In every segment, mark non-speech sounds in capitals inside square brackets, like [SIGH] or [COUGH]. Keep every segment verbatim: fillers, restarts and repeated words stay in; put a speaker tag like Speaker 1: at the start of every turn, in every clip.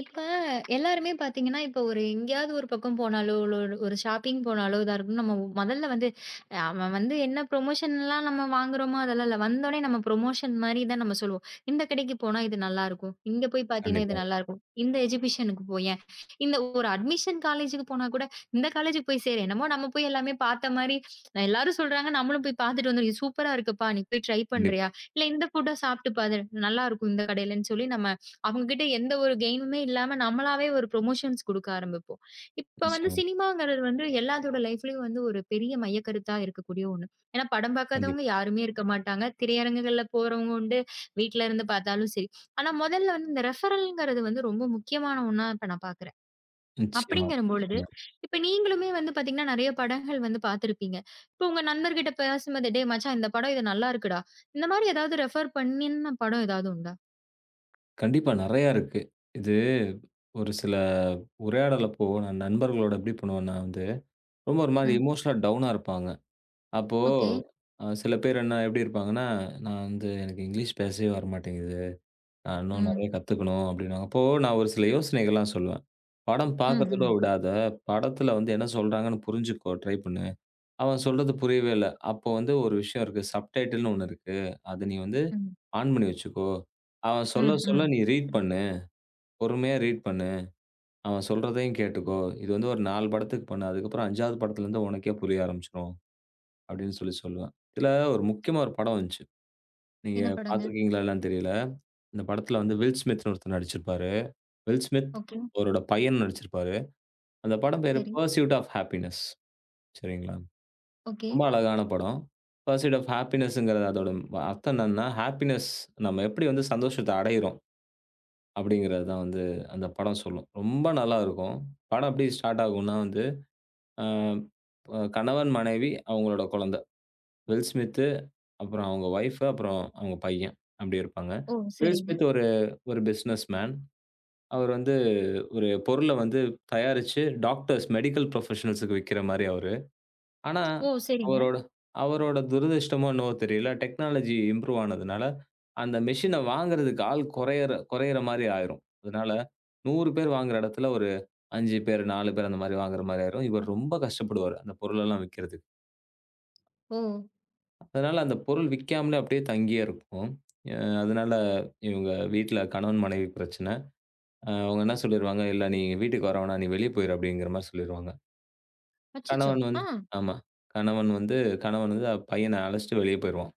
Speaker 1: இப்ப எல்லாருமே பாத்தீங்கன்னா, இப்ப ஒரு எங்கேயாவது ஒரு பக்கம் போனாலோ, இல்ல ஒரு ஒரு ஷாப்பிங் போனாலோ, இதா இருக்கும். நம்ம மொதல்ல வந்து அஹ் அவன் வந்து என்ன ப்ரொமோஷன்லாம் நம்ம வாங்குறோமோ, அதெல்லாம் இல்ல. வந்தோனே நம்ம ப்ரொமோஷன் மாரி தான் நம்ம சொல்லுவோம். இந்த கடைக்கு போனா இது நல்லாருக்கும். இங்க போய் பாத்தீங்கன்னா, இது
Speaker 2: கண்டிப்பாங்க.
Speaker 1: நல்லாருக்கும். இந்த எஜிபிஷனுக்கு போயேன். இந்த ஒரு அட்மிஷன் காலேஜுக்கு போனா கூட, இந்த காலேஜுக்கு போய் சேரு. என்னமோ நம்ம போய் எல்லாமே பாத்த மாரி, எல்லாரும் சொல்றாங்க. நம்மளும் போய் பாத்துட்டு வந்துரும். இது சூப்பரா இருக்குப்பா! நீ போய் ட்ரை பண்றியா?
Speaker 2: கண்டிப்பா.
Speaker 1: இல்ல இந்த ஃபுட்ட சாப்ட்டு பாரு. நல்லாருக்கும் இந்த கடையிலன்னு சொல்லி நம்ம அவங்க கிட்ட எந்த ஒரு கெய்னுமே இல்லாம நம்மளாவே ஒரு ப்ரொமோஷன்ஸ் குடுக்க ஆரம்பிப்போம். இப்ப வந்து
Speaker 2: நிச்சயமா.
Speaker 1: சினிமாங்கிறது வந்து எல்லாத்தோட லைஃப்லயும் வந்து ஒரு பெரிய மையக்கருத்தா இருக்கக்கூடிய ஒண்ணு. ஏன்னா படம் பார்க்காதவங்க
Speaker 2: கண்டிப்பா.
Speaker 1: யாருமே இருக்க மாட்டாங்க. திரையரங்குகள்ல போறவங்க உண்டு. வீட்ல இருந்து பார்த்தாலும் சரி. ஆனா முதல்ல வந்து இந்த ரெஃபரல்ங்கிறது வந்து ரொம்ப முக்கியமான ஒண்ணா இப்ப நான் பார்க்குறேன்.
Speaker 2: நிச்சயமா,
Speaker 1: அப்படிங்கிறம் பொழுது,
Speaker 2: நிச்சயமா.
Speaker 1: கண்டிப்பா. இப்ப நீங்களுமே வந்து பார்த்தீங்கன்னா, நெறைய படங்கள் வந்து பார்த்திருப்பீங்க. இப்ப உங்க நண்பர்கிட்ட பேசும்போது, "டேய் மச்சான் இந்த படம் இது நல்லா இருக்குடா." இந்த மாரி ஏதாவது ரெஃபர் பண்ணின படம் ஏதாவது உண்டா?
Speaker 2: கண்டிப்பா நெறையா இருக்கு. இது ஒரு சில உரையாடல் அப்போ நான் நண்பர்களோட எப்படி பண்ணுவேன்னா வந்து, ரொம்ப ஒரு மாரி
Speaker 1: ம்.
Speaker 2: எமோஷனலா டவுனா இருப்பாங்க. அப்போ
Speaker 1: ஓகே.
Speaker 2: அ சில பேர் என்ன எப்படி இருப்பாங்கன்னா, "நான் வந்து எனக்கு இங்கிலீஷ் பேசவே வரமாட்டேங்குது. நான் இன்னும்
Speaker 1: ம்.
Speaker 2: நெறைய கத்துக்கணும்." அப்படின்னுவாங்க. அப்போ நான் ஒரு சில யோசனைகள்லாம் சொல்லுவேன். "படம்
Speaker 1: ம்,
Speaker 2: பார்க்கறதோட
Speaker 1: ம்,
Speaker 2: விடாத, படத்துல வந்து என்ன சொல்றாங்கன்னு புரிஞ்சுக்கோ ட்ரை பண்ணு." அவன் சொல்றது புரியவே இல்ல. அப்போ வந்து ஒரு விஷயம் இருக்கு. சப்டைட்டில்ன்னு ஒண்ணு இருக்கு. அத நீ வந்து
Speaker 1: ம்,
Speaker 2: ஆன் பண்ணி வச்சுக்கோ. அவன்
Speaker 1: ம்,
Speaker 2: சொல்ல சொல்ல
Speaker 1: ம்.
Speaker 2: நீ ரீட்
Speaker 1: ம்.
Speaker 2: பண்ணு. பொறுமையா ரீட் பண்ணு. அவன் சொல்றதையும் கேட்டுக்கோ. இது வந்து ஒரு நாலு படத்துக்கு பண்ணு. அதுக்கப்புறம் 5வது படத்துலருந்து உனக்கே புரிய ஆரம்பிச்சுரும். அப்படின்னு சொல்லி சொல்லுவேன். இதுல ஒரு முக்கியமா ஒரு படம் வந்துச்சு. நீங்க
Speaker 1: என்ன படங்க?
Speaker 2: பார்த்துருக்கீங்களா என்னன்னு தெரியல. இந்த படத்துல வந்து வில் ஸ்மித்ன்னு ஒருத்தர் நடிச்சிருப்பாரு. Will Smith
Speaker 1: okay.
Speaker 2: அவரோட பையன் நடிச்சிருப்பாரு. அந்த படம் பேரு
Speaker 1: சரி.
Speaker 2: Pursuit of happiness. சரிங்களா?
Speaker 1: ஓகே.
Speaker 2: ரொம்ப அழகான படம். பர்சூட் ஆஃப் ஹாப்பினஸ்ங்கிறது அதோட வ- அர்த்தம் என்னன்னா, ஹாப்பினஸ் நம்ம எப்படி வந்து சந்தோஷத்த அடையிறோம் அப்படிங்கிறது தான் வந்து அந்த படம் சொல்லும். ரொம்ப நல்லாருக்கும். படம் எப்படி ஸ்டார்ட் ஆகும்னா வந்து, அ அ கணவன், மனைவி, அவங்களோட குழந்தை. வில் ஸ்மித்து, அப்புறம் அவங்க வைஃப், அப்புறம் அவங்க பையன் அப்படி இருப்பாங்க.
Speaker 1: ஓ!
Speaker 2: வில்
Speaker 1: சரிங்க.
Speaker 2: ஸ்மித் ஒரு ஒரு பிசினஸ் மேன். அவர் வந்து ஒரு பொருள வந்து தயாரிச்சு டாக்டர்ஸ், மெடிக்கல் ப்ரொஃபஷனல்ஸ்க்கு விக்கிற மாரி அவரு. ஆனா,
Speaker 1: ஓ! சரிங்க.
Speaker 2: அவரோட அவரோட துரதிர்ஷ்டமோ என்னவோ தெரியல. டெக்னாலஜி இம்ப்ரூவ் ஆனதுனால, அந்த மெஷின வாங்குறதுக்கு ஆள் குறையற குறையற மாரி ஆயிரும். அதனால நூறு பேர் வாங்குற இடத்துல ஒரு அஞ்சு பேர், நாலு பேர் அந்த மாரி வாங்குற மாரி ஆயிரும். இவர் ரொம்ப கஷ்டப்படுவாரு. அந்த பொருளெல்லாம் விக்கிறதுக்கு.
Speaker 1: ஓ!
Speaker 2: அதனால அந்த பொருள் விக்காமலே அப்படியே தங்கியே இருக்கும். அ அதனால இவங்க வீட்ல கணவன் மனைவி பிரச்சனை. அ அவங்க என்ன சொல்லிருவாங்க, "இல்ல நீ வீட்டுக்கு வர வேணாம். நீ வெளிய போயிரு" அப்படிங்கிற மாரி சொல்லிருவாங்க.
Speaker 1: அச்சச்சோ!
Speaker 2: கணவன் வந்து
Speaker 1: ஆ.
Speaker 2: ஆமா. கணவன் வந்து கணவன் வந்து பையன அழைச்சுட்டு வெளிய போயிருவான்.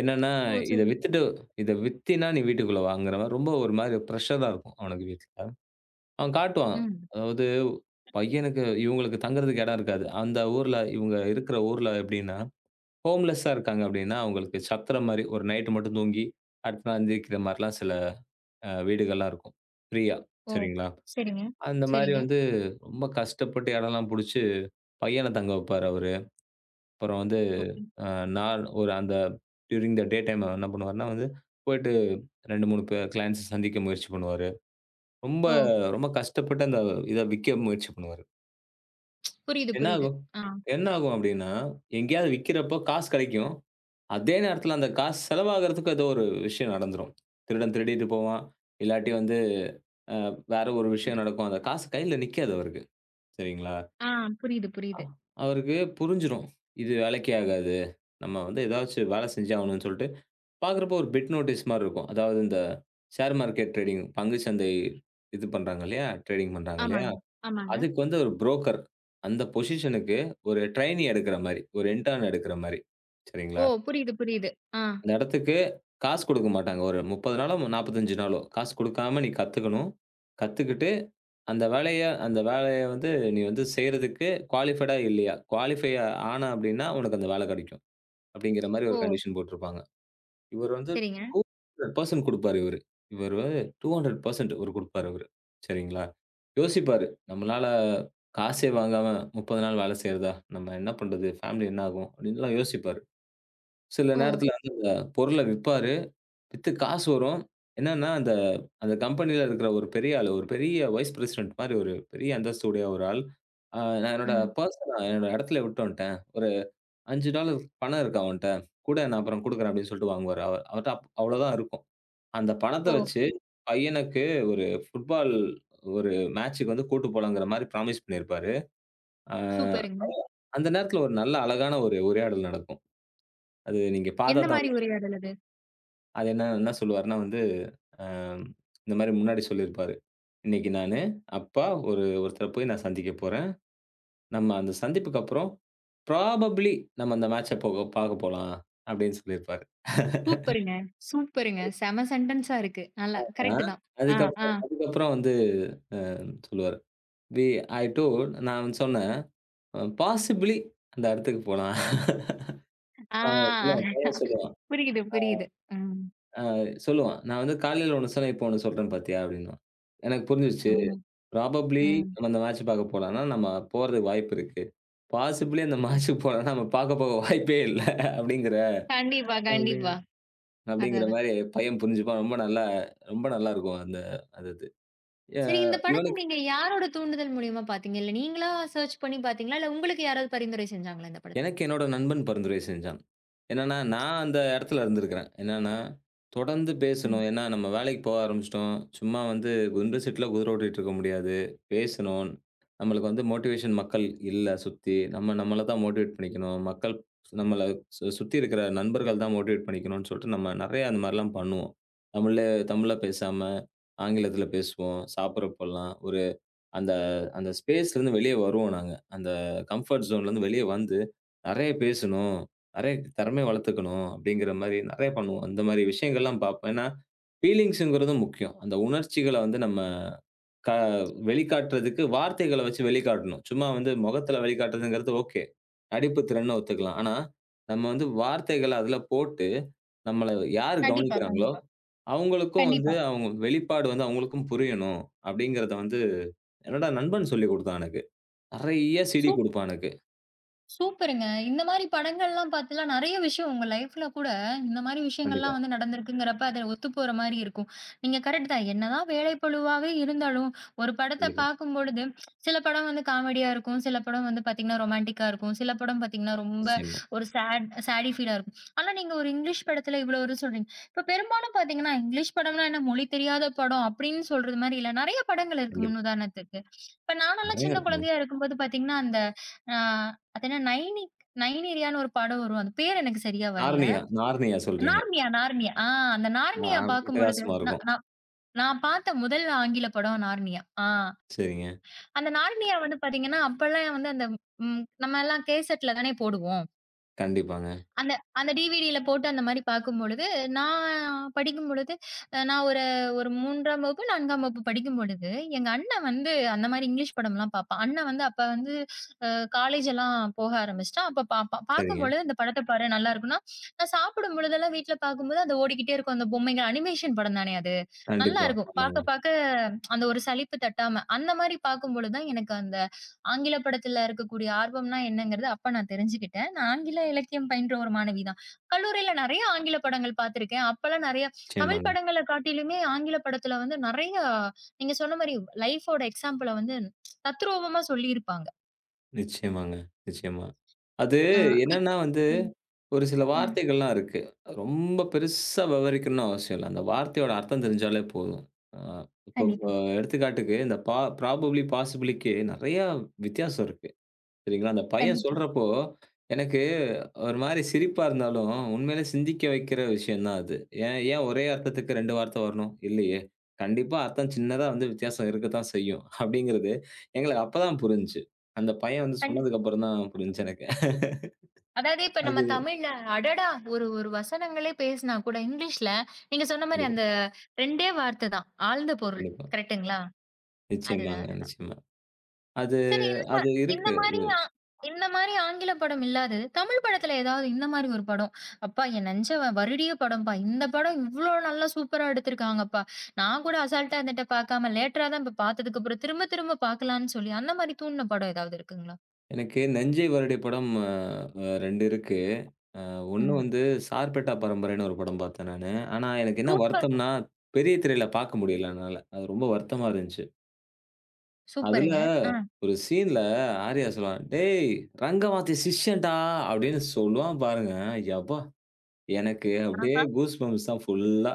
Speaker 2: என்னன்னா,
Speaker 1: ஓ!
Speaker 2: இத
Speaker 1: சரி.
Speaker 2: வித்துட்டு இத வித்தீன்னா நீ வீட்டுக்குள்ள வாங்குற மாரி ரொம்ப ஒரு மாரி பிரஷரா இருக்கும் அவனுக்கு வீட்ல. அவன் காட்டுவான்.
Speaker 1: ம்.
Speaker 2: அதாவது பையனுக்கு இவங்களுக்கு தங்குறதுக்கு இடம் இருக்காது. அந்த ஊர்ல இவங்க இருக்கிற ஊர்ல எப்படின்னா, ஹோம்லெஸ்ஸா இருக்காங்க அப்படின்னா, அவங்களுக்கு சத்திர மாரி ஒரு நைட் மட்டும் தூங்கி அடுத்த நாள் எந்திரிக்கிற மாரிலாம் சில அ வீடுகள்லாம் இருக்கும். ஃப்ரீயா
Speaker 1: ஓ!
Speaker 2: சரிங்களா?
Speaker 1: சரிங்க,
Speaker 2: அந்த மாரி
Speaker 1: சரிங்க.
Speaker 2: வந்து ரொம்ப கஷ்டப்பட்டு இடம்லாம் புடிச்சு பையன தங்க வைப்பாரு அவரு. அப்புறம் வந்து
Speaker 1: ஓகே.
Speaker 2: அ நான் ஒரு அந்த டியூரிங் த டே டைம் என்ன பண்ணுவாருன்னா வந்து, போயிட்டு ரெண்டு, மூணு பே கிளையண்ட்ஸ சந்திக்க முயற்சி பண்ணுவாரு. ரொம்ப
Speaker 1: ஓ!
Speaker 2: ரொம்ப கஷ்டப்பட்டு அந்த இத விக்க முயற்சி பண்ணுவாரு.
Speaker 1: புரியுது,
Speaker 2: என்ன
Speaker 1: புரியுது.
Speaker 2: ஆகும்
Speaker 1: ஆ,
Speaker 2: என்ன ஆகும் அப்டின்னா, எங்கேயாவது விக்கிறப்போ காசு கெடைக்கும். அதே நேரத்துல அந்த காசு செலவாகுறதுக்கு ஏதோ ஒரு விஷயம் நடந்துரும். திருடன் திருடிட்டு போவான். இல்லாட்டி வந்து அ வேற ஒரு விஷயம் நடக்கும். அந்த காசு கையில நிக்காது அவருக்கு. சரிங்களா?
Speaker 1: ஆ. புரியுது, புரியுது.
Speaker 2: அ- அவருக்கு புரிஞ்சிரும். இது வேலைக்கே ஆகாது. நம்ம வந்து ஏதாச்சும் வேல செஞ்சே ஆகணும்னு சொல்ட்டு பார்க்குறப்போ ஒரு பிட் நோட்டீஸ் மாரி இருக்கும். அதாவது இந்த ஷேர் மார்க்கெட் ட்ரேடிங் பங்கு சந்தை இது பண்றாங்க இல்லையா? ட்ரேடிங் பண்றாங்க இல்லையா?
Speaker 1: ஆமாங்க, ஆமாங்க.
Speaker 2: அதுக்கு வந்து ஒரு புரோக்கர் அந்த பொசிஷனுக்கு ஒரு ட்ரெய்னி எடுக்கிற மாரி, ஒரு இன்டர்ன் எடுக்கிற மாரி.
Speaker 1: ஓ!
Speaker 2: சரிங்களா?
Speaker 1: புரியுது, புரியுது. ஆ.
Speaker 2: அந்த இடத்துக்கு காசு குடுக்க மாட்டாங்க. ஒரு முப்பது நாளோ நாற்பத்தி அஞ்சு நாளோ காசு குடுக்காம நீ கத்துக்கணும். கத்துக்கிட்டு அந்த வேலைய அந்த வேலைய வந்து நீ வந்து செய்றதுக்கு குவாலிஃபைடா இல்லையா? குவாலிஃபை ஆன அப்படின்னா உனக்கு அந்த வேலை கிடைக்கும். அப்படிங்கிற மாரி
Speaker 1: ஓ!
Speaker 2: ஒரு கண்டிஷன் போட்டிருப்பாங்க. இவரு வந்து
Speaker 1: சரிங்க.
Speaker 2: டூ ஹண்ட்ரட் பர்சன்ட் குடுப்பாரு இவரு. இவரு டூ ஹண்ட்ரட் பர்சன்ட் இவரு குடுப்பாரு இவரு. சரிங்களா? யோசிப்பாரு. நம்மளால காசே வாங்காம முப்பது நாள் வேலை செய்றதா? நம்ம என்ன பண்றது? ஃபேமிலி என்ன ஆகும்? அப்டின்லாம் யோசிப்பாரு. சில
Speaker 1: ஓ!
Speaker 2: நேரத்துல வந்து அந்த பொருள விப்பாரு. வித்து காசு வரும். என்னன்னா, அந்த அந்த கம்பெனில இருக்கிற ஒரு பெரிய ஆளு, ஒரு பெரிய வைஸ் பிரசிடென்ட் மாரி ஒரு பெரிய அந்தஸ்து உடைய ஒரு ஆள். "அ நான் என்னோட
Speaker 1: ம்.
Speaker 2: பர்ஸ நான் என்னோட இடத்துல விட்டு வந்துட்டேன். ஒரு ஐந்து டாலர் பணம் இருக்கு அவன்ட்ட. குடேன் நான் அப்புறம் குடுக்குறேன்" அப்டின்னு சொல்லிட்டு வாங்குவாரு. அவ அவர்ட்ட அப் அவ்ளோதான் இருக்கும். அந்த பணத்த
Speaker 1: ஓ!
Speaker 2: வச்சு, பையனுக்கு ஒரு ஃபுட்பால் ஒரு மேட்ச்சுக்கு வந்து கூட்டு போலாங்கிற மாரி ப்ராமிஸ் பண்ணியிருப்பாரு. அ
Speaker 1: சூப்பருங்க.
Speaker 2: அந்த நேரத்துல ஒரு நல்ல அழகான ஒரு உரையாடல் நடக்கும். அது நீங்க பாத்தா
Speaker 1: எந்த
Speaker 2: தான்
Speaker 1: மாரி
Speaker 2: உ
Speaker 1: உரையாடல் அது?
Speaker 2: அது என்ன என்ன சொல்லுவாருன்னா வந்து, அ இந்த மாரி முன்னாடி சொல்லியிருப்பாரு. "இன்னைக்கு நானு, அப்பா ஒரு ஒருத்தர போய் நான் சந்திக்க போறேன். நம்ம அந்த சந்திப்புக்கு அப்புறம் ப்ராபப்ளி நம்ம அந்த மேட்ச்ச போக பாக்க போலாம்." அப்படின்னு சொல்லியிருப்பாரு.
Speaker 1: சூப்பருங்க, சூப்பருங்க. செம சென்டன்ஸா இருக்கு. நல்லா
Speaker 2: ஆ
Speaker 1: கரெக்ட்டு தான். ஆ, ஆ,
Speaker 2: அதுக்கப்புறம் அதுக்கப்புறம் வந்து சொல்லுவாரு. "வி ஐ டோல்ட்" நான் சொன்னேன். அ பாசிபிலி அந்த இடத்துக்கு போலாம். அவன் சொல்லுவான்,
Speaker 1: ஆ.
Speaker 2: பையன் சொல்லுவான்.
Speaker 1: புரியுது, புரியுது. ம்,
Speaker 2: சொல்லுவான். "நான் வந்து காலையில ஒண்ணு சொன்னேன், இப்போ ஒண்ணு சொல்றேன் பாத்தியா?" அப்படின்னுவான். எனக்கு புரிஞ்சிருச்சு.
Speaker 1: ம்,
Speaker 2: ப்ராபப்ளி
Speaker 1: ம்.
Speaker 2: நம்ம இந்த மேட்ச் பாக்க போலாம்னா, நம்ம போறதுக்கு வாய்ப்பு இருக்கு. பாசிபிலி அந்த மேட்ச்க்கு போலாம்னா, நம்ம பாக்க போக வாய்ப்பே இல்ல. அப்படிங்கிற
Speaker 1: கண்டிப்பா,
Speaker 2: அப்படிங்க
Speaker 1: கண்டிப்பா. அதான்,
Speaker 2: அப்படிங்கிற
Speaker 1: அதான்.
Speaker 2: மாரி பையன் புரிஞ்சுப்பான். ரொம்ப நல்லா ரொம்ப நல்லா இருக்கும் அந்த அது இது. அ
Speaker 1: சரி இந்த படத்த
Speaker 2: இவனுக்கு
Speaker 1: நீங்க யாரோட தூண்டுதல் மூலியமா பாத்தீங்க? இல்ல நீங்களா சர்ச் பண்ணி பாத்தீங்களா? இல்ல உங்களுக்கு யாராவது பரிந்துரை செஞ்சாங்களா இந்த படத்த?
Speaker 2: எனக்கு என்னோட நண்பன் பரிந்துரை செஞ்சான். என்னன்னா, நான் அந்த இடத்துல இருந்திருக்கிறேன். என்னன்னா, தொடர்ந்து
Speaker 1: ம்.
Speaker 2: பேசணும். ஏன்னா, நம்ம வேலைக்கு போக ஆரம்பிச்சுட்டோம். சும்மா வந்து குண்டு சீட்ல குதிரை ஓட்டிட்டு இருக்க முடியாது. பேசணும். நம்மளுக்கு வந்து மோட்டிவேஷன் மக்கள் இல்ல சுத்தி. நம்ம நம்மள தான் மோட்டிவேட் பண்ணிக்கணும். மக்கள் நம்மள சு சுத்தி இருக்கிற நண்பர்கள் தான் மோட்டிவேட் பண்ணிக்கணும்னு சொல்லிட்டு, நம்ம நெறைய அந்த மாரிலாம் பண்ணுவோம். தமிழ்ல தமிழ்ல பேசாம, ஆங்கிலத்தில பேசுவோம். சாப்பிடுறப்போலாம். அந்த அந்த ஸ்பேஸ்லேருந்து வெளிய வருவோம் நாங்க. அந்த கம்ஃபர்ட் ஜோன்லேருந்து வெளிய வந்து, நெறைய பேசணும், நெறைய திறமைய வளர்த்துக்கணும் அப்படிங்கிற மாரி நெறைய பண்ணுவோம். அந்த மாரி விஷயங்கள்லாம் பார்ப்பேன். ஏன்னா, ஃபீலிங்ஸுங்கிறது முக்கியம். அந்த உணர்ச்சிகள வந்து நம்ம க வெளிக்காட்டுறதுக்கு வார்த்தைகள வச்சு வெளிக்காட்டணும். சும்மா வந்து முகத்தில வெளிக்காட்டுறதுங்கிறது ஓகே. நடிப்பு திறன்னு ஒத்துக்கலாம். ஆனா, நம்ம வந்து வார்த்தைகள அதில போட்டு நம்மள யார்
Speaker 1: கண்டிப்பா,
Speaker 2: கவனிக்கிறாங்களோ,
Speaker 1: கண்டிப்பா,
Speaker 2: அவங்களுக்கும் வந்து
Speaker 1: கண்டிப்பா.
Speaker 2: அவங்க வெளிப்பாடு வந்து அவங்களுக்கும் புரியணும் அப்படிங்கிறத வந்து, என்னோட நண்பன் சொல்லிக் குடுத்தான் எனக்கு. நெறைய
Speaker 1: சூ
Speaker 2: சிடி குடுப்பான் எனக்கு.
Speaker 1: சூப்பருங்க. இந்த மாரி படங்கள்லாம் பாத்தீங்கன்னா, நெறைய விஷயம் உங்க லைஃப்ல கூட இந்த மாரி விஷயங்கள்லாம்
Speaker 2: கண்டிப்பா,
Speaker 1: வந்து நடந்திருக்குங்கிறப்ப, அது ஒத்துப்போற மாரி இருக்கும். நீங்க கரெக்ட் தான். என்னதான் வேலைப்பளுவாவே இருந்தாலும், ஒரு படத்த
Speaker 2: கண்டிப்பா.
Speaker 1: பார்க்கும்பொழுது, சில படம் வந்து காமெடியா இருக்கும், சில படம் வந்து பாத்தீங்கன்னா ரொமான்டிக்கா இருக்கும், சில படம் பாத்தீங்கன்னா ரொம்ப
Speaker 2: நிச்சயமா.
Speaker 1: ஒரு சேட் சேடி ஃபீலா இருக்கும். ஆனா நீங்க ஒரு இங்கிலீஷ் படத்துல இவ்ளோ ஒரு சொல்றீங்க. இப்ப பெரும்பாலும் பாத்தீங்கன்னா, இங்கிலீஷ் படம்னா என்ன மொழி தெரியாத படம் அப்படின்னு சொல்றது மாரி இல்ல. நெறைய படங்கள் இருக்கு
Speaker 2: கண்டிப்பா.
Speaker 1: முன்னுதாரணத்துக்கு. இப்ப நானெல்லாம்
Speaker 2: நெறைய
Speaker 1: சின்ன
Speaker 2: இருக்குங்க.
Speaker 1: குழந்தையா இருக்கும்போது பாத்தீங்கன்னா, அந்த அ அது என்ன நைனிக் நைனேரியான்னு ஒரு படம் வரும். அது பேர் எனக்கு சரியா வரல.
Speaker 2: நார்னியா, நார்னியா சொல்றீங்க.
Speaker 1: Narnia, Narnia. ஆ அந்த
Speaker 2: ஆ
Speaker 1: நார்னியா பார்க்கும்பொழுது,
Speaker 2: வித்தியாசமா
Speaker 1: நான்
Speaker 2: இருக்கும்.
Speaker 1: நான் நான் பார்த்த முதல் ஆங்கில படம் நார்னியா. ஆ
Speaker 2: சரிங்க.
Speaker 1: அந்த நார்னியா வந்து பார்த்தீங்கன்னா, அப்பலாம் வந்து அந்த ம் நம்ம எல்லாம் கேசெட்ல தானே போடுவோம்.
Speaker 2: கண்டிப்பாங்க.
Speaker 1: அந்த அந்த டிவிடில போட்டு அந்த மாரி பார்க்கும்பொழுது, நான் படிக்கும்பொழுது, அ நான் ஒரு ஒரு மூன்றாம் வகுப்பு, நான்காம் வகுப்பு படிக்கும்பொழுது, எங்க அண்ணன் வந்து அந்த மாரி இங்கிலீஷ் படம்லாம் பார்ப்பான். அண்ணன் வந்து அப்ப வந்து அ காலேஜ் எல்லாம் போக ஆரம்பிச்சுட்டான். அப்ப பார்ப்பான்.
Speaker 2: சரிங்க.
Speaker 1: பார்க்கும்பொழுது, "இந்த படத்த பாரு, நல்லாருக்கும்னா" நான் சாப்பிடும் பொழுதெல்லாம் வீட்ல பார்க்கும்போது, அது ஓடிக்கிட்டே இருக்கும். அந்த பொம்மைங்க அனிமேஷன் படம் தானே அது. நல்லா
Speaker 2: கண்டிப்பா.
Speaker 1: இருக்கும்.
Speaker 2: ஆமாங்க.
Speaker 1: பாக்க பாக்க அந்த ஒரு சலிப்பு தட்டாம. அந்த மாரி பார்க்கும்பொழுது தான் எனக்கு அந்த ஆங்கில படத்துல இருக்கக்கூடிய ஆர்வம்னா என்னங்கிறது அப்ப நான் தெரிஞ்சுக்கிட்டேன். நான் ஆங்கில இலக்கியம் பயின்ற ஒரு மாணவி தான். கல்லூரியில நெறைய ஆங்கில படங்கள் பார்த்துருக்கேன். அப்பலாம் நெறைய தமிழ்
Speaker 2: நிச்சயமாங்க,
Speaker 1: படங்கள காட்டிலுமே ஆங்கில படத்துல வந்து நெறைய நீங்க சொன்ன மாரி லைஃபோட எக்ஸாம்பிள வந்து தத்ரூபமா சொல்லியிருப்பாங்க.
Speaker 2: நிச்சயமாங்க, நிச்சயமா. அது
Speaker 1: அ இப்
Speaker 2: என்னன்னா வந்து
Speaker 1: ம்,
Speaker 2: ஒரு சில
Speaker 1: ம்.
Speaker 2: வார்த்தைகள்லாம் இருக்கு. ரொம்ப பெருசா விவரிக்கணும்னு அவசியம் இல்ல. அந்த வார்த்தையோட அர்த்தம் தெரிஞ்சாலே போதும். அ இப்போ
Speaker 1: கண்டிப்பா,
Speaker 2: அ எடுத்துக்காட்டுக்கு இந்த பா ப்ராபப்ளி, பாசிபிலிக்கு நெறையா வித்தியாசம் இருக்கு. சரிங்களா? அந்த பையன்
Speaker 1: கண்டிப்பா.
Speaker 2: சொல்றப்போ, எனக்கு ஒரு மாரி சிரிப்பா இருந்தாலும், உண்மையிலே சிந்திக்க வைக்கிற விஷயம் தான் அது. ஏன் ஏன் ஒரே அர்த்தத்துக்கு ரெண்டு வார்த்தை வரணும்? இல்லையே! கண்டிப்பா அர்த்தம் சின்னதா வந்து வித்தியாசம் இருக்கத்தான் செய்யும். அப்படிங்கிறது எங்களுக்கு அப்பதான் புரிஞ்சுச்சு. அந்த பையன் வந்து
Speaker 1: கண்
Speaker 2: சொன்னதுக்கு அப்புறம் தான் புரிஞ்சுச்சு எனக்கு.
Speaker 1: அதாவது இப்ப நம்ம
Speaker 2: அது
Speaker 1: தமிழ்ல அடடா! ஒரு ஒரு வசனங்களே பேசினா கூட இங்கிலீஷ்ல நீங்க சொன்ன மாரி
Speaker 2: கண்டிப்பா,
Speaker 1: அந்த டூ டே வார்த்தை தான். ஆழ்ந்த பொருள்.
Speaker 2: கண்டிப்பா.
Speaker 1: கரெக்ட்டுங்களா? அதுதான்,
Speaker 2: நிச்சயமாங்க,
Speaker 1: அதுதான்.
Speaker 2: நிச்சயமா. அது
Speaker 1: சரி இந்த மா
Speaker 2: அது
Speaker 1: இந்த
Speaker 2: இருக்கு.
Speaker 1: மாரி ஆ இந்த மாரி ஆங்கில படம் இல்லாதது, தமிழ் படத்துல ஏதாவது இந்த மாரி ஒரு படம், "அப்பா என் நெஞ்ச வ வருடிய படம்ப்பா. இந்த படம் இவ்ளோ நல்லா சூப்பரா எடுத்திருக்காங்கப்பா. நான் கூட அசால்ட்டா இருந்துட்ட பார்க்காம, லேட்டரா தான் இப்ப பார்த்ததுக்கப்புறம் திரும்ப திரும்ப பார்க்கலான்னு" சொல்லி அந்த மாரி தூண்டுன படம் ஏதாவது இருக்குங்களா?
Speaker 2: எனக்கு "நஞ்சை வருடை" படம் அ அ ரெண்டு இருக்கு. அ ஒன்று
Speaker 1: ம்.
Speaker 2: வந்து "சார்பேட்டா பரம்பரைன்னு" ஒரு படம் பார்த்தேன் நானு. ஆனா எனக்கு என்ன
Speaker 1: சூப்பர்
Speaker 2: வருத்தம்னா, பெரிய திரையில பார்க்க முடியல என்னால. அது ரொம்ப வருத்தமா இருந்துச்சு. அதுல
Speaker 1: சூப்பருங்க. ஆ.
Speaker 2: ஒரு சீன்ல ஆர்யா சொல்லுவான், "டேய் ரங்கவாத்தி சிஷ்யன்டா" அப்படின்னு சொல்லுவான் பாருங்க. யப்பா! எனக்கு அப்படியே
Speaker 1: ஆ.
Speaker 2: கூஸ்பம்ப்ஸ் தான் ஃபுல்லா.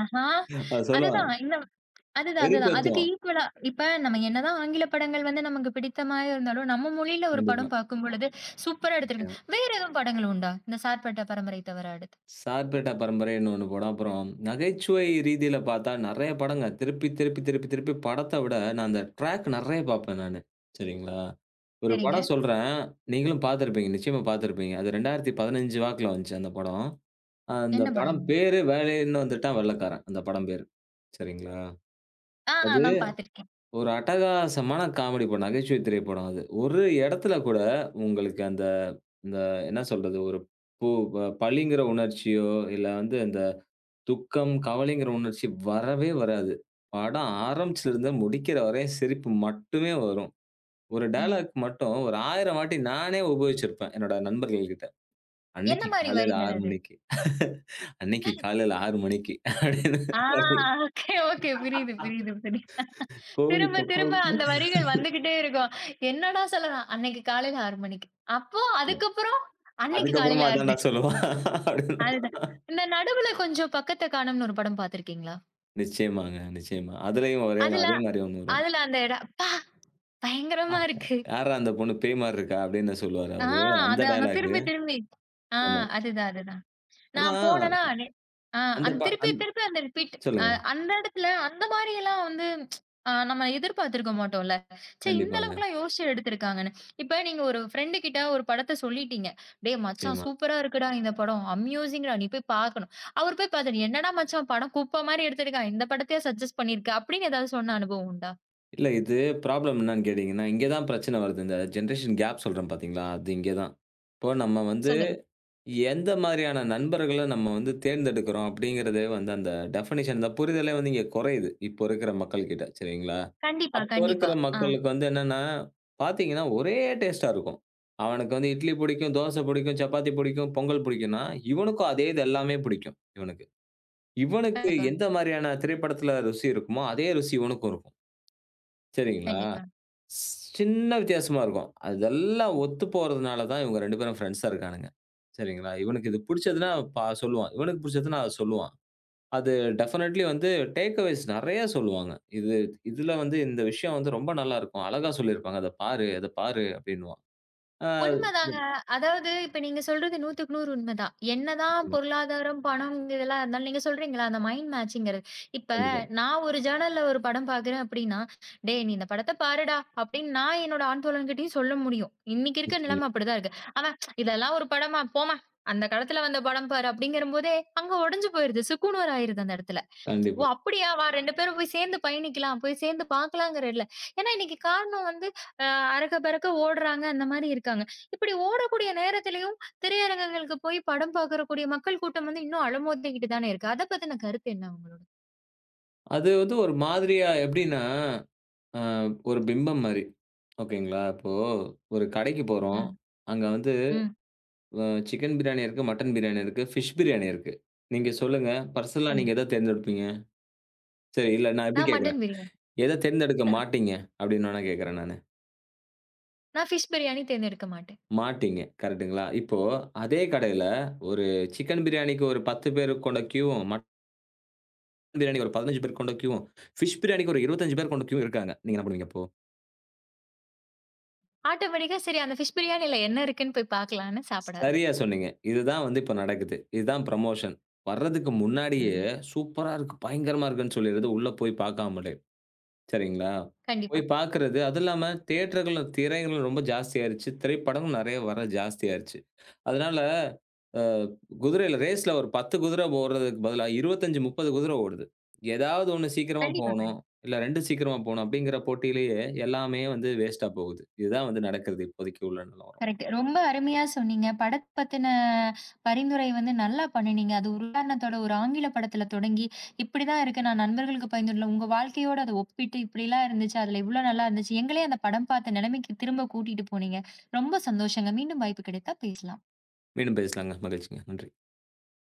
Speaker 1: ஆஹா!
Speaker 2: அது சொல்லுவான்.
Speaker 1: அதுதான். இந்த அதுதான், அதுதான். அதுக்கு
Speaker 2: வெறுப்பேத்துவான்.
Speaker 1: ஈக்குவலா இப்ப நம்ம என்னதான் ஆங்கில படங்கள் வந்து நமக்கு பிடித்தமாய் இருந்தாலும், நம்ம மொழியில ஒரு
Speaker 2: கண்டிப்பா.
Speaker 1: படம் பார்க்கும் பொழுது சூப்பரா எடுத்திருக்காங்க. வேற எதுவும் படங்கள் உண்டா? இந்த சார்பட்ட பரம்பரை தவிர அடுத்து?
Speaker 2: சார்பேட்டா பரம்பரைன்னு ஒண்ணு படம். அப்புறம் நகைச்சுவை ரீதியில பார்த்தா நெறைய படங்க. திருப்பி, திருப்பி, திருப்பி, திருப்பி படத்த விட நான் அந்த ட்ராக் நெறைய பார்ப்பேன் நானு. சரிங்களா? ஒரு
Speaker 1: சரிங்க.
Speaker 2: படம் சொல்றேன். நீங்களும் பார்த்திருப்பீங்க. நிச்சயமா பார்த்திருப்பீங்க. அது இரண்டாயிரத்தி பதினஞ்சு வாக்குல வந்துச்சு அந்த படம். அந்த
Speaker 1: என்ன
Speaker 2: படம்
Speaker 1: படம்?
Speaker 2: பேரு "வேலைன்னு வந்துட்டான் வெள்ளைக்காரன்" அந்த படம் பேரு. சரிங்களா?
Speaker 1: ஆ
Speaker 2: அது
Speaker 1: நான் பார்த்திருக்கேன்.
Speaker 2: ஒரு அட்டகாசமான காமெடி படம். நகைச்சுவை திரைப்படம் அது. ஒரு இடத்துல கூட உங்களுக்கு அந்த அந்த என்ன சொல்றது? ஒரு பு ப பலிங்கிற உணர்ச்சியோ, இல்ல வந்து அந்த துக்கம், கவலைங்கிற உணர்ச்சி வரவே வராது. படம் ஆரம்பிச்சதுலருந்து முடிக்கிற வரையும் சிரிப்பு மட்டுமே வரும். ஒரு
Speaker 1: ம்.
Speaker 2: டயலாக் மட்டும் ஒரு ஆயிரம் வாட்டி நானே உபயோகிச்சிருப்பேன், என்னோட நண்பர்கள் கிட்ட.
Speaker 1: என்ன
Speaker 2: "அன்னைக்கு
Speaker 1: மாரி
Speaker 2: காலையில
Speaker 1: வரிகள்
Speaker 2: ஆறு
Speaker 1: அது?
Speaker 2: மணிக்கு, [LAUGHS] அன்னைக்கு காலையில ஆறு மணிக்கு" அப்படின்னு
Speaker 1: ஆ
Speaker 2: அது
Speaker 1: ஓகே, ஓகே. புரியுது, புரியுது, புரியுது.
Speaker 2: கோழி
Speaker 1: திரும்ப, திரும்ப
Speaker 2: கொக்கரொக்கோ
Speaker 1: அந்த வரிகள் வந்துகிட்டே இருக்கும். என்னடா சொல்லலாம்? அன்னைக்கு காலையில ஆறு மணிக்கு. அப்போ அதுக்கப்புறம்? அன்னைக்கு
Speaker 2: அதுக்கப்புறமா
Speaker 1: காலையில ஆறு
Speaker 2: "அதான்டா
Speaker 1: மணி.
Speaker 2: சொல்லுவான்" அப்படின்னு.
Speaker 1: அதுதான். இந்த நடுவுல கொஞ்சம் பக்கத்த காணும்னு ஒரு படம் பார்த்திருக்கீங்களா?
Speaker 2: நிச்சயமாங்க, நிச்சயமா. அதுலயும் ஒரே
Speaker 1: அதுல
Speaker 2: அதே மாரி ஒண்ணு வரும்.
Speaker 1: அதுல அந்த இடம் அப்பா! பயங்கரமா இருக்கு.
Speaker 2: "யார்றா அந்த பொண்ணு பேய் மாரி இருக்கா?" அப்படின்னு சொல்லுவாரு
Speaker 1: ஆ
Speaker 2: அவரு. அந்த
Speaker 1: அது அவன்
Speaker 2: டயலாக்.
Speaker 1: திரும்பி திரும்பி ஆ
Speaker 2: ஆமா.
Speaker 1: அதுதான், அதுதான்.
Speaker 2: ஆனா
Speaker 1: நான் போனேன்னா, நெ ஆ
Speaker 2: அந்த
Speaker 1: அந்த
Speaker 2: ப
Speaker 1: திருப்பி,
Speaker 2: அந்
Speaker 1: திருப்பி அந்த ரிப்பீட். அ
Speaker 2: சொல்லுங்க.
Speaker 1: அந்த இடத்துல அந்த மாரியெல்லாம் வந்து அ நம்ம எதிர்பார்த்திருக்க மாட்டோம்ல. ச்சே இந்த
Speaker 2: கண்டிப்பாங்க.
Speaker 1: அளவுக்குலாம் யோசிச்சு எடுத்திருக்காங்கன்னு. இப்ப நீங்க ஒரு ஃப்ரெண்டு கிட்ட ஒரு படத்த சொல்லிட்டீங்க. "டேய் மச்சான்
Speaker 2: நிச்சயமா.
Speaker 1: சூப்பரா இருக்குடா இந்த படம். அம்யூசிங்டா நீ போய் பார்க்கணும்." அவரு போய் பார்த்துட்டு, "என்னடா மச்சான் படம் குப்ப மாரி எடுத்திருக்கான். இந்த படத்தையா சஜெஸ்ட் பண்ணியிருக்க." அப்படின்னு ஏதாவது சொன்ன அனுபவம் உண்டா?
Speaker 2: இல்ல இது ப்ராப்ளம் என்னன்னு கேட்டீங்கன்னா, இங்க தான் பிரச்சனை வருது. இந்த ஜெனரேஷன் கேப் சொல்றேன் பார்த்தீங்களா? அது இங்க தான். இப்போ நம்ம வந்து
Speaker 1: சொல்லுங்க.
Speaker 2: எந்த மாதிரியான நண்பர்கள நம்ம வந்து தேர்ந்தெடுக்கிறோம் அப்படிங்கிறதே வந்து அந்த டெஃபினிஷன் அந்த புரிதலே வந்து இங்க குறையுது. இப்போ இருக்கிற மக்கள் கிட்ட சரிங்களா?
Speaker 1: கண்டிப்பா,
Speaker 2: அப்போ
Speaker 1: கண்டிப்பா.
Speaker 2: இருக்கிற
Speaker 1: ஆ
Speaker 2: மக்களுக்கு வந்து என்னன்னா, பார்த்தீங்கன்னா ஒரே டேஸ்ட்டா இருக்கும். அவனுக்கு வந்து இட்லி பிடிக்கும், தோசை பிடிக்கும், சப்பாத்தி பிடிக்கும், பொங்கல் பிடிக்கும்னா, இவனுக்கும் அதே இது எல்லாமே பிடிக்கும் இவனுக்கு. இவனுக்கு
Speaker 1: கண்டிப்பா,
Speaker 2: எந்த மாதிரியான திரைப்படத்தில ருசி இருக்குமோ, அதே ருசி இவனுக்கும் இருக்கும். சரிங்களா.
Speaker 1: கண்டிப்பா.
Speaker 2: ஸ் சின்ன வித்தியாசமா இருக்கும். அதெல்லாம் ஒத்து போறதுனால தான் இவங்க ரெண்டு பேரும் ஃப்ரெண்ட்ஸா இருக்கானுங்க. சரிங்களா. இவனுக்கு இது புடிச்சதுன்னா பா சொல்லுவான். இவனுக்கு புடிச்சதுன்னா அத சொல்லுவான். அது டெஃபினெட்லி வந்து டேக் அவேஸ் நெறைய சொல்லுவாங்க. இது இதுல வந்து இந்த விஷயம் வந்து ரொம்ப நல்லாருக்கும். அழகா சொல்லியிருப்பாங்க. அத பாரு, அத பாரு அப்டின்னுவான். ஆ
Speaker 1: உண்மதாங்க. அதாவது இப்ப நீங்க சொல்றது நூறுக்கு நூறு உண்மதான். என்னதான் பொருளாதாரம், பணம் இதெல்லாம் இருந்தாலும் நீங்க சொல்றீங்களா, அந்த மைண்ட் மேட்சிங்கிறது. இப்ப
Speaker 2: கண்டிப்பா.
Speaker 1: நான் ஒரு ஜர்னல்ல ஒரு படம் பார்க்குறேன் அப்படின்னா, "டேய் நீ இந்த படத்த பாருடா" அப்படின்னு நான் என்னோட ஆண் தோழன்கிட்டயும் சொல்ல முடியும். இன்னைக்கு இருக்க நிலைமை
Speaker 2: நிச்சயமா.
Speaker 1: அப்படிதான் இருக்கு. அவன் "இதெல்லாம் ஒரு படமா? போம்மா! அந்த காலத்துல வந்த படம் பாரு" அப்படிங்கிறபோதே, அங்க உடைஞ்சு போயிருது. சுக்குநூறு ஆயிருது அந்த இடத்துல. ஓ!
Speaker 2: கண்டிப்பா.
Speaker 1: அப்படியா? வா ரெண்டு பேரும் போய் சேர்ந்து பயணிக்கலாம். போய் சேர்ந்து பார்க்கலாங்கிறல்ல. ஏன்னா இன்னைக்கு காரணம் வந்து அ அரக்க பறக்க ஓடுறாங்க, அந்த மாரி இருக்காங்க. இப்படி ஓடக்கூடிய நேரத்திலயும் திரையரங்கங்களுக்கு போய் படம் பார்க்கக்கூடிய மக்கள் கூட்டம் வந்து இன்னும் அலமோதிக்கிட்டு தானே இருக்கு. அத பத்தின கருத்து என்ன உங்களோட?
Speaker 2: அது வந்து ஒரு மாதிரியா எப்டின்னா, அ ஒரு பிம்பம் மாரி. ஓகேங்களா. இப்போ ஒரு கடைக்கு போறோம்.
Speaker 1: ம்,
Speaker 2: அங்க வந்து
Speaker 1: ம்.
Speaker 2: அ சிக்கன் பிரியாணி இருக்கு, மட்டன் பிரியாணி இருக்கு, ஃபிஷ் பிரியாணி இருக்கு. நீங்க சொல்லுங்க, பர்சனலா
Speaker 1: கண்
Speaker 2: நீங்க எத தேர்ந்தெடுப்பீங்க? சரி, இல்ல நான் இப்டி
Speaker 1: நான்
Speaker 2: கேட்கிறேன்.
Speaker 1: மட்டன் பிரியாணி.
Speaker 2: எத தேர்ந்தெடுக்க மாட்டீங்க? அப்டின்னு வேணா கேட்கிறேன் நானு.
Speaker 1: நான் ஃபிஷ் பிரியாணி தேர்ந்தெடுக்க மாட்டேன்.
Speaker 2: மாட்டீங்க. கரெக்ட்டுங்களா? இப்போ அதே கடையில ஒரு சிக்கன் பிரியாணிக்கு ஒரு பத்து பேர் கொண்ட கியூவும், மட்டன் பிரியாணிக்கு ஒரு பதினைந்து பேர் கொண்ட கியூவும், ஃபிஷ் பிரியாணிக்கு ஒரு இருபத்தி அஞ்சு பேர் கொண்ட கியூ இருக்காங்க. நீங்க என்ன பண்ணுவீங்க அப்போ?
Speaker 1: ஆட்டோமேட்டிக்கா சரி அந்த ஃபிஷ் பிரியாணில என்ன இருக்குன்னு போய் பார்க்கலான்னு சாப்பிட ஆரம்பிப்பேன்.
Speaker 2: சரியா சொன்னீங்க. இதுதான் வந்து இப்ப நடக்குது. இதுதான் ப்ரமோஷன். வர்றதுக்கு முன்னாடியே
Speaker 1: ம்.
Speaker 2: சூப்பரா இருக்கு, பயங்கரமா இருக்குன்னு சொல்லிறது, உள்ள போய் பார்க்காமலே. சரிங்களா? போய்
Speaker 1: கண்டிப்பா.
Speaker 2: பார்க்குறது. அதுவும் இல்லாம தியேட்டர்கள்ல திரைகளும் ரொம்ப ஜாஸ்தியாயிருச்சு. திரைப்படமும் நெறைய வர ஜாஸ்தியாயிருச்சு. அதனால அ குதிரையில ரேஸ்ல ஒரு பத்து குதிரை ஓடுறதுக்கு பதிலா இருபத்தி அஞ்சு, முப்பது குதிரை ஓடுது. ஏதாவது ஒண்ணு சீக்கிரமா
Speaker 1: கண்டிப்பா,
Speaker 2: போணும்.
Speaker 1: கண்டிப்பா.
Speaker 2: இல்ல ரெண்டு சீக்கிரமா போணும் அப்டிங்கிற போட்டியிலேயே எல்லாமே வந்து வேஸ்ட்டா போகுது. இதுதான் வந்து நடக்கிறது இப்போதைக்கு உள்ள நிலவரம்.
Speaker 1: கரெக்ட். ரொம்ப அருமையா சொன்னீங்க. படத்த பத்தின பரிந்துரை வந்து நல்லா பண்ணுனீங்க. அது ஒரு உதாரணத்தோட ஒரு ஆங்கில படத்துல தொடங்கி, இப்படிதான் இருக்கு நான் நண்பர்களுக்கு பகிர்ந்துள்ளேன். உங்க வாழ்க்கையோட அத ஒப்பிட்டு இப்படிலாம் இருந்துச்சு. அதுல இவ்ளோ நல்லா இருந்துச்சு. எங்களையும் அந்த படம் பார்த்த நிலைமைக்கு திரும்ப கூட்டிட்டு போனீங்க. ரொம்ப சந்தோஷங்க. மீண்டும் வாய்ப்பு கிடைத்தா பேசலாம்.
Speaker 2: மீண்டும் பேசலாங்க. மகிழ்ச்சிங்க. நன்றி.